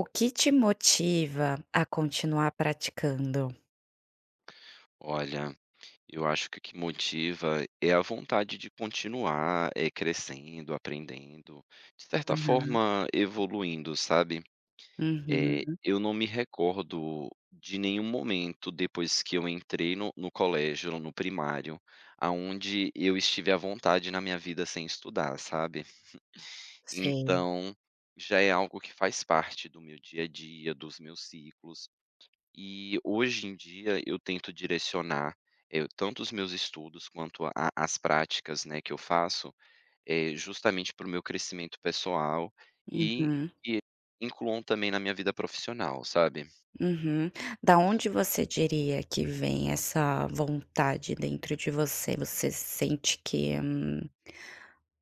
O que te motiva a continuar praticando? Olha, eu acho que o que motiva é a vontade de continuar, é crescendo, aprendendo, de certa Aham. forma evoluindo, sabe. Uhum. Eu não me recordo de nenhum momento depois que eu entrei no colégio, no primário, aonde eu estive à vontade na minha vida sem estudar, sabe. Sei. Então, já é algo que faz parte do meu dia a dia, dos meus ciclos. E hoje em dia eu tento direcionar, tanto os meus estudos quanto a as práticas, né, que eu faço, justamente para o meu crescimento pessoal e Uhum, que incluam também na minha vida profissional, sabe. uhum. Da onde você diria que vem essa vontade dentro de você? Você sente que,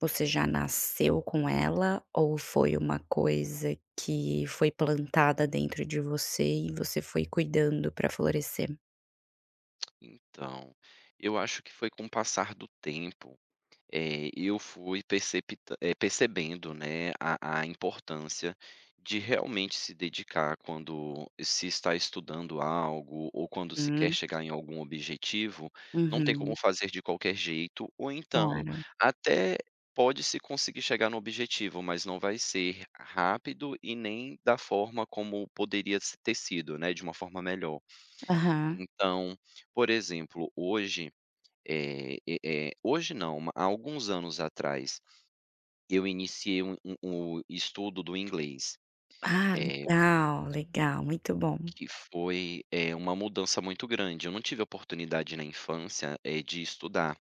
você já nasceu com ela ou foi uma coisa que foi plantada dentro de você e você foi cuidando para florescer? Então, eu acho que foi com o passar do tempo. Eh, eu fui percepta eh, Percebendo, né, a importância de realmente se dedicar quando se está estudando algo ou quando se quer Hum, chegar em algum objetivo. Não tem uhum, como fazer de qualquer jeito, ou então claro. até pode-se conseguir chegar no objetivo, mas não vai ser rápido e nem da forma como poderia se ter sido, né, de uma forma melhor. Aham. Então, por exemplo, hoje hoje não, ma há alguns anos atrás, eu iniciei o estudo do inglês, Ah, eh, legal, legal, muito bom. que foi, uma mudança muito grande. Eu não tive oportunidade na infância, de estudar,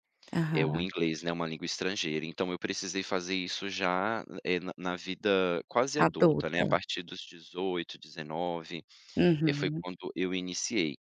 o Aham, inglês, né, uma língua estrangeira, então eu precisei fazer isso já, na vida quase adulta, né, adulta. a partir dos 18, 19. Foi Uhum, quando eu iniciei.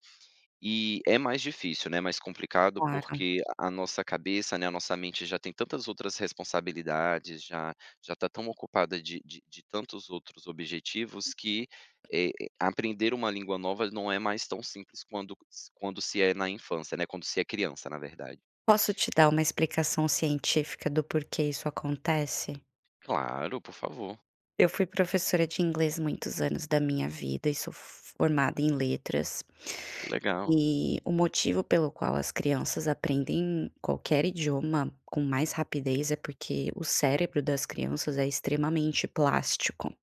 E é mais difícil, né, mais complicado, claro. porque a nossa cabeça, né, a nossa mente já tem tantas outras responsabilidades, já está tão ocupada de tantos outros objetivos que, aprender uma língua nova não é mais tão simples quando se é na infância, né, quando se é criança, na verdade. Posso te dar uma explicação científica do porquê isso acontece? Claro, por favor. Eu fui professora de inglês muitos anos da minha vida e sou formada em Hum, letras, que legal. e o motivo pelo qual as crianças aprendem qualquer idioma com mais rapidez é porque o cérebro das crianças é extremamente plástico.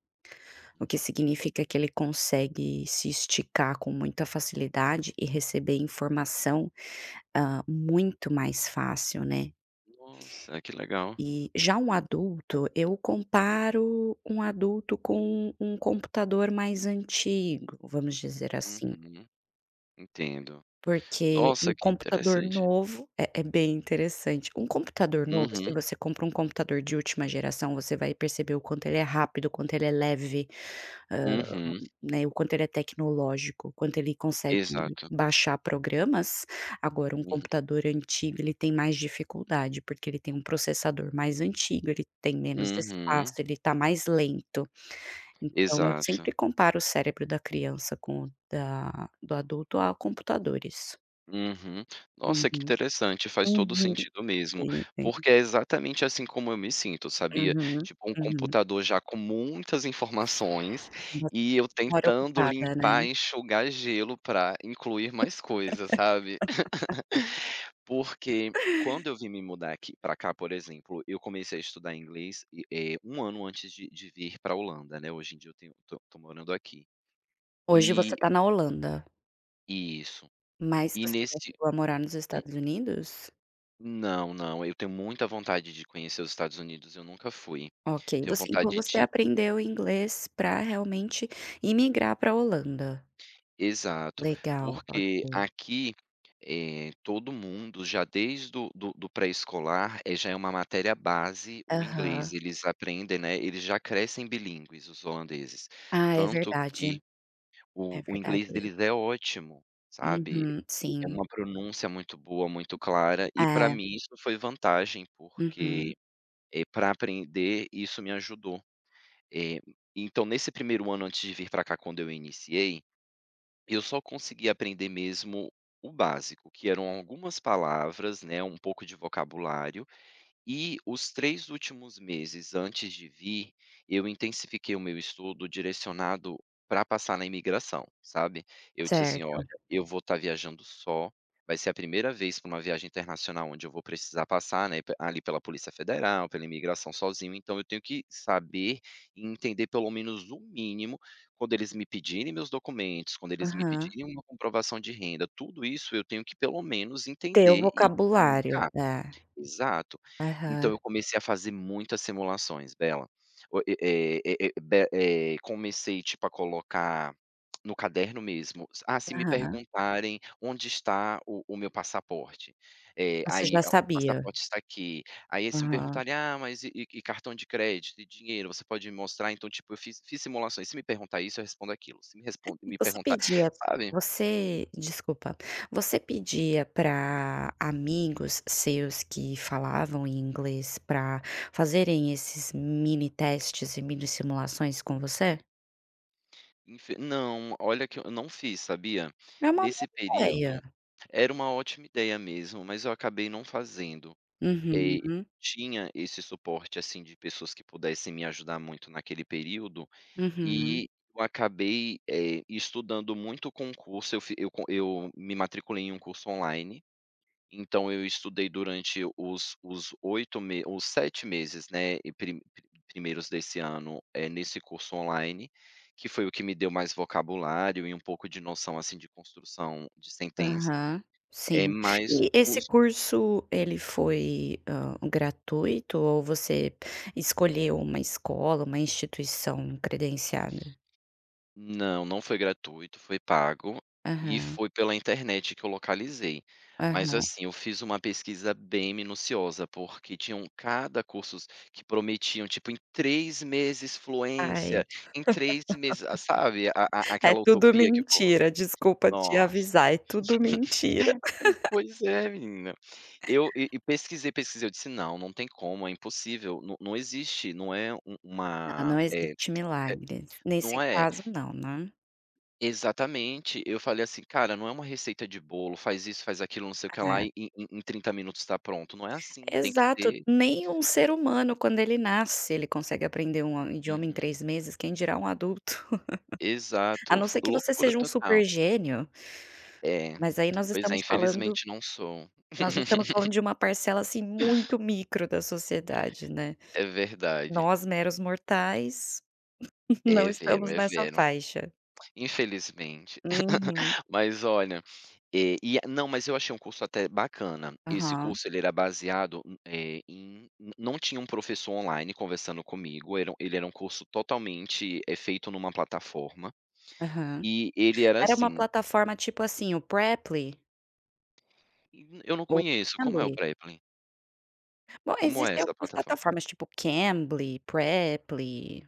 O que Hum, significa que ele consegue se esticar com muita facilidade e receber informação, muito mais fácil, né. nossa, que legal. E já um adulto, eu comparo um adulto com um computador mais antigo, vamos dizer assim, Uhum, entendo. porque um Nossa, que computador interessante. novo é bem interessante. Um computador novo, Uhum, se você compra um computador de última geração, você vai perceber o quanto ele é rápido, o quanto ele é leve, uhum, né, o quanto ele é tecnológico, o quanto ele consegue exato. baixar programas. Agora um Uhum. computador antigo, ele tem mais dificuldade, porque ele tem um processador mais antigo, ele tem menos espaço, Uhum, ele está mais lento. Então eu exato. sempre comparo o cérebro da criança com o da do adulto a computadores. Uhum. Nossa, que Uhum. interessante, faz todo Uhum. sentido mesmo, Tem, tem. porque é exatamente assim como eu me sinto, sabia? Uhum, Tipo, um uhum. computador já com muitas informações Você e eu mora tentando ocupada, limpar, né. enxugar gelo para incluir mais coisas, sabe? Porque quando eu vim me mudar aqui para cá, por exemplo, eu comecei a estudar inglês, e, 1 ano antes de vir para a Holanda, né, hoje em dia eu tenho tô tô morando aqui. Hoje E você está na Holanda, Isso. mas E você já nesse chegou a morar nos Estados Unidos? Não, não, eu tenho muita vontade de conhecer os Estados Unidos, eu nunca fui. Ok, Tenho você então vontade você de aprendeu inglês para realmente imigrar pra Holanda. Exato, Legal, porque ok. aqui, todo mundo já desde o do do pré-escolar, já é uma matéria base o inglês, Aham. eles aprendem, né, eles já crescem bilíngues, os holandeses. Ah, é Tanto verdade, que o é o inglês verdade. deles é ótimo, sabe, Uhum, e é sim. uma pronúncia muito boa, muito clara, e para É, mim isso foi vantagem, uhum, porque, pra aprender isso me ajudou. Eh, então nesse primeiro ano antes de vir para cá quando eu iniciei, eu só consegui aprender mesmo o básico, que eram algumas palavras, né, um pouco de vocabulário, e os 3 últimos meses antes de vir, eu intensifiquei o meu estudo direcionado para passar na imigração, sabe. Eu disse assim: "Olha, certo. eu vou estar viajando só, vai ser a primeira vez para uma viagem internacional onde eu vou precisar passar, né, pe ali pela Polícia Federal, pela imigração sozinho, então eu tenho que saber e entender pelo menos o mínimo, quando eles me pedirem meus documentos, quando eles me Aham. pedirem uma comprovação de renda, tudo isso eu tenho que pelo menos Ter o entender e vocabulário, comunicar". é. Exato. Então Aham, eu comecei a fazer muitas simulações, Bela. O e eh eh eh be eh, Comecei, tipo, a colocar no caderno mesmo: "Ah, se me aham. perguntarem onde está o meu passaporte", Você aí, já ah, "O sabia. passaporte está aqui". Aí se me Aham. perguntarem: "Ah, mas e cartão de crédito e dinheiro, você pode me mostrar?". Então, tipo, eu fiz simulações. Se me perguntar isso, eu respondo aquilo. Se me respon me Você perguntar, pedia sabe? você desculpa, você pedia para amigos seus que falavam em inglês para fazerem esses mini testes e mini simulações com você? Infe Não, olha que eu não fiz, sabia? É uma Nesse boa período ideia. era uma ótima ideia mesmo, mas eu acabei não fazendo. Eu Uhum, tinha esse suporte, assim, de pessoas que pudessem me ajudar muito naquele período, uhum, e eu acabei, estudando muito com o curso. Eu fi eu co eu me matriculei em um curso online, então eu estudei durante os 8 me os 7 meses, né, e primeiros desse ano, é nesse curso online, que foi o que me deu mais vocabulário e um pouco de noção, assim, de construção de sentenças. aham, É sim. mais E esse os... curso ele foi, gratuito ou você escolheu uma escola, uma instituição credenciada? Não, não foi gratuito, foi pago, e Aham, foi pela internet que eu localizei. Mas, aham. assim, eu fiz uma pesquisa bem minuciosa, porque tinham cada cursos que prometiam, tipo, em 3 meses fluência, Ai, em 3 meses, ah, sabe, a é aquela tudo utopia que o povo... mentira, desculpa te nossa. avisar, é tudo mentira. Pois é, menina. Eu pesquisei, pesquisei, eu disse: "Não, não tem como, é impossível, não não existe, não é um Ah, uma, não existe milagres, nesse não é..." caso não, né. Exatamente. Eu falei assim: "Cara, não é uma receita de bolo, faz isso, faz aquilo, não sei o que lá, É. e em 30 minutos tá pronto". Não é assim, tem que Exato, ter... nem um ser humano quando ele nasce, ele consegue aprender um idioma em Uhum. 3 meses, quem dirá um adulto. A Exato, não fo ser que você loucura seja um total. super gênio, É. mas aí nós Pois é, estamos falando infelizmente não sou. nós estamos falando de uma parcela, assim, muito micro da sociedade, né. É verdade. Nós meros mortais, não É vero, estamos é nessa vero. faixa. Infelizmente. Uhum. Mas olha... Eh, e a Não, mas eu achei um curso até bacana. Esse Aham, curso ele era baseado, eh, em n não tinha um professor online conversando comigo, era um, ele era um curso totalmente, feito numa plataforma, aham. e ele era Era uma assim: plataforma tipo assim, o Preply "Eu não ou conheço, como é o Cambly. Preply? Bom, Como é existem essa algumas plataforma?" plataformas tipo Cambly, Preply,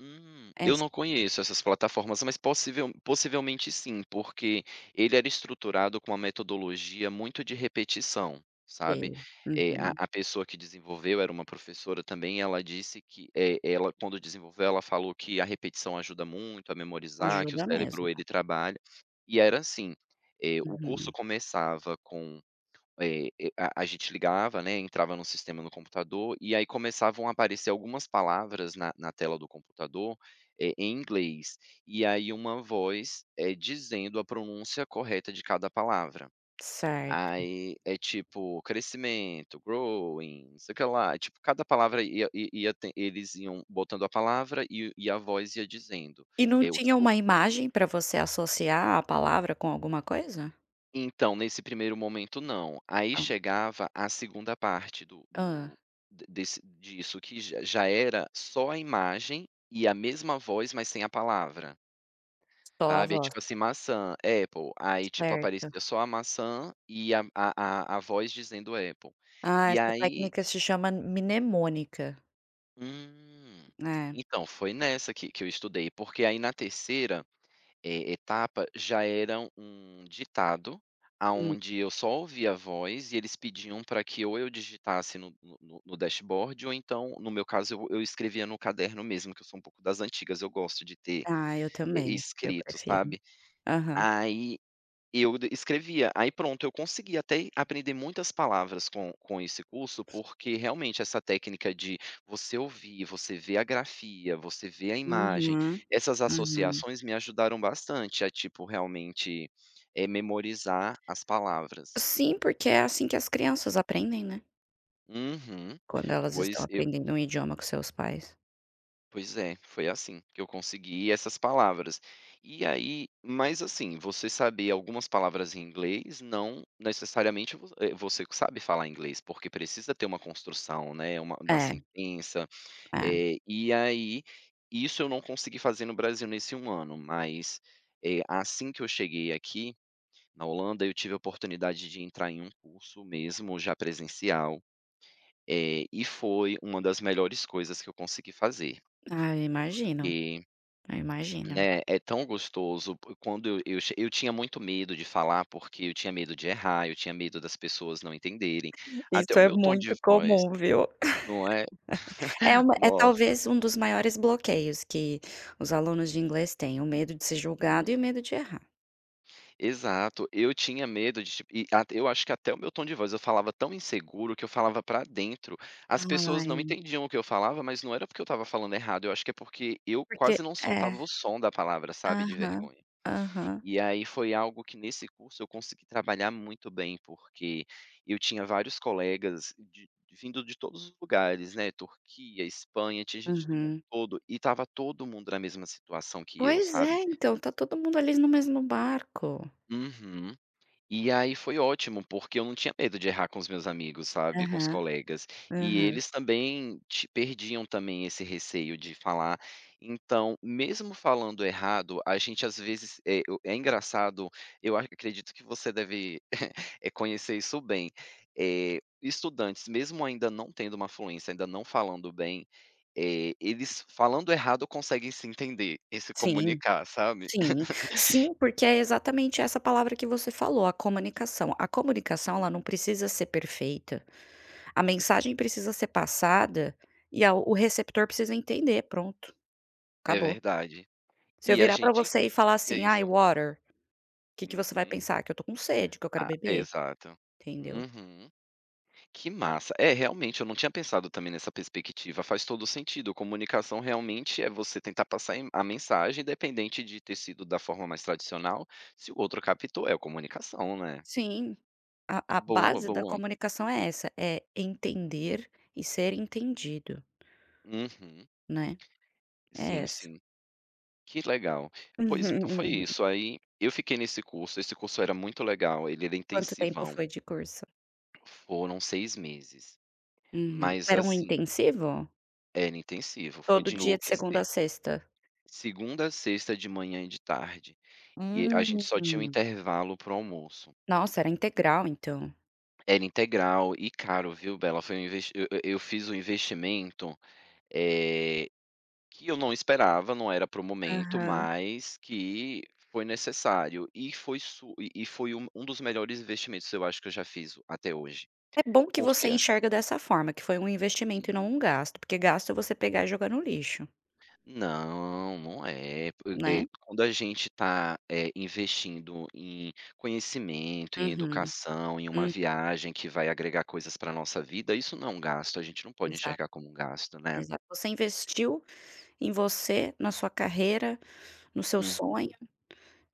Eu não conheço essas plataformas, mas possivelmente sim, porque ele era estruturado com uma metodologia muito de repetição, sabe. SP. A Uhum. a pessoa que desenvolveu era uma professora também, ela disse que, ela quando desenvolveu, ela falou que a repetição ajuda muito a memorizar, que o Ajuda cérebro mesmo. ele trabalha, e era assim, o curso Uhum. começava com... A gente ligava, né, entrava no sistema no computador, e aí começavam a aparecer algumas palavras na tela do computador, em inglês, e aí uma voz, dizendo a pronúncia correta de cada palavra. Certo. Aí é tipo crescimento, growing, não sei o que lá, tipo cada palavra ia ia ia ten eles iam botando a palavra e a voz ia dizendo. E não tinha uma imagem pra você associar a palavra com alguma coisa? Então, nesse primeiro momento não. Aí Hã. chegava a segunda parte do Hã. do de desse disso, que já era só a imagem e a mesma voz, mas sem a palavra, Só a sabe. É voz, tipo assim, maçã, Apple, aí tipo certo. aparecia só a maçã e a voz dizendo Apple. Ah, E essa aí, técnica se chama mnemônica. hum, É. então foi nessa que eu estudei, porque aí na terceira... etapa já era um ditado, Hum. aonde eu só ouvia a voz e eles pediam para que ou eu digitasse no dashboard ou então, no meu caso, eu escrevia no caderno mesmo, que eu sou um pouco das antigas, eu gosto de ter Ah, eu e também. Eu escrito, prefiro. sabe. Aham. Aí eu d escrevia, aí pronto, eu consegui até aprender muitas palavras com esse curso, porque realmente essa técnica de você ouvir, você ver a grafia, você ver a imagem, Uhum. essas Uhum. associações me ajudaram bastante a, tipo, realmente, memorizar as palavras. Sim, porque é assim que as crianças aprendem, né, Uhum. quando elas estão Pois aprendendo um idioma com seus pais. Pois é, foi assim que eu consegui essas palavras. E aí, mas assim, você saber algumas palavras em inglês não necessariamente você que sabe falar inglês, porque precisa ter uma construção, né, uma na É, sentença, é. E aí isso eu não consegui fazer no Brasil nesse um ano, mas, assim que eu cheguei aqui na Holanda, eu tive a oportunidade de entrar em um curso mesmo, já presencial, e foi uma das melhores coisas que eu consegui fazer. Ah, eu imagino, Eh eu imagino. Né, é tão gostoso. P Quando eu tinha muito medo de falar, porque eu tinha medo de errar, eu tinha medo das pessoas não entenderem, até Isso o é meu tom de muito voz, comum, viu. não é? É uma é Nossa, talvez um dos maiores bloqueios que os alunos de inglês têm, o medo de ser hum, julgado e o medo de errar. exato. Eu tinha medo de tipo e at eu acho que até o meu tom de voz eu falava tão inseguro que eu falava pra dentro. As pessoas não Ai, entendiam o que eu falava, mas não era porque eu estava falando errado, eu acho que é porque eu porque quase não é, soltava o som da palavra, sabe, de aham, vergonha. aham, E aí foi algo que nesse curso eu consegui trabalhar muito bem, porque eu tinha vários colegas vindo de todos os lugares, né, Turquia, Espanha, tinha gente do mundo uhum. todo, e estava todo mundo na mesma situação que eu, Pois é, sabe. então, tá todo mundo ali no mesmo barco. Uhum. E aí foi ótimo, porque eu não tinha medo de errar com os meus amigos, sabe, com os Aham, colegas. E aham. eles também ti perdiam também esse receio de falar. Então, mesmo falando errado, a gente às vezes é, eu é engraçado, eu ac acredito que você deve, conhecer isso bem. Estudantes, mesmo ainda não tendo uma fluência, ainda não falando bem, eles falando errado conseguem se entender e se Sim. comunicar, sabe. Sim, sim, porque é exatamente essa palavra que você falou, a comunicação. A comunicação, ela não precisa ser perfeita. A Uhum. mensagem precisa ser passada e a o receptor precisa entender, pronto, É acabou. verdade. Se E eu a virar pra gente você e falar conseguia assim: "Ai, isso. water", o que que você vai Uhum. pensar? Que eu tô com sede, que eu quero Ah, é beber, exato. entendeu? Uhum. Que massa. É, realmente, eu não tinha pensado também nessa perspectiva, faz todo sentido. Comunicação realmente é você tentar passar em a mensagem, independente de ter sido da forma mais tradicional, se o outro captou, é comunicação, né. Sim, a Boa, base da boa. comunicação é essa, é entender e ser entendido, Uhum. né, é Sim, essa. sim. Que legal. Pois então foi isso, aí eu fiquei nesse curso, esse curso era muito legal, ele era Quanto tempo intensivão, foi de curso? foram 6 meses, Uhum. mas Era um assim... intensivo? Era intensivo, foi Todo de dia de segunda enlouquecer. a sexta. Segunda a sexta de manhã e de tarde, e a gente só tinha um Hum. intervalo pro almoço. Nossa, era integral então. Era integral e caro, viu, Bela? Foi um investi... eu fiz um investimento, eh, que eu não esperava, não era pro momento, Aham. mas que foi necessário e foi su e foi um um dos melhores investimentos eu acho que eu já fiz até hoje, É bom que você porque enxerga dessa forma, que foi um investimento e assim... não um gasto, porque gasto é você pegar e jogar no lixo, Não, não é. Né. Quando a gente está investindo em conhecimento, em Uhum. educação, em uma Hum, viagem que vai agregar coisas pra nossa vida, isso não é um gasto, a gente não pode exato, enxergar como um gasto, né. exato. Você investiu em você, na sua carreira, no seu sonho, Uhum,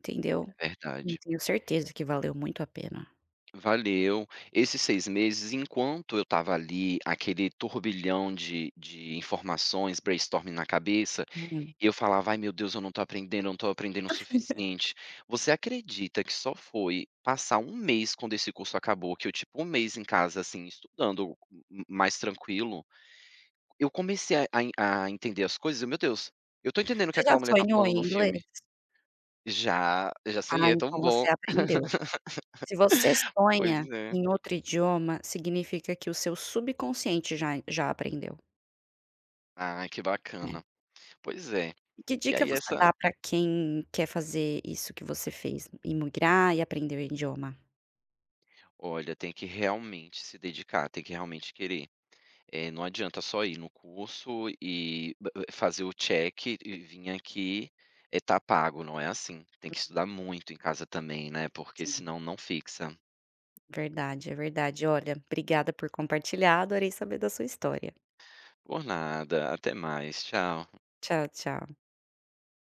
entendeu. é E verdade. tenho certeza que valeu muito a pena. Valeu. Esses 6 meses, enquanto eu estava ali, aquele turbilhão de informações, brainstorming na cabeça... Hum. E eu falava: "Ai meu Deus, eu não tô aprendendo, eu não tô aprendendo o suficiente". Você acredita que só foi passar um mês quando esse curso acabou, que eu tipo um mês em casa, assim, estudando m mais tranquilo, eu comecei a entender as coisas, eu: "Meu Deus, eu tô entendendo o que Você já aquela mulher tá sonhou falando no em inglês? filme". Já, já sonhei, Ah, é tão então bom. você aprendeu. Se você Pois sonha é. em outro idioma, significa que o seu subconsciente já aprendeu, Ai, que né. bacana. Pois é. E que E dica aí você essa... dá para quem quer fazer isso que você fez, imigrar e aprender o idioma? olha, tem que realmente se dedicar, tem que realmente querer. Não adianta só ir no curso e b b fazer o check e vir aqui, tá pago, não é assim. Tem que estudar muito em casa também, né, porque Sim, senão não fixa. verdade, é verdade. Olha, obrigada por compartilhar, adorei saber da sua história. Por nada, até mais, tchau. Tchau, tchau.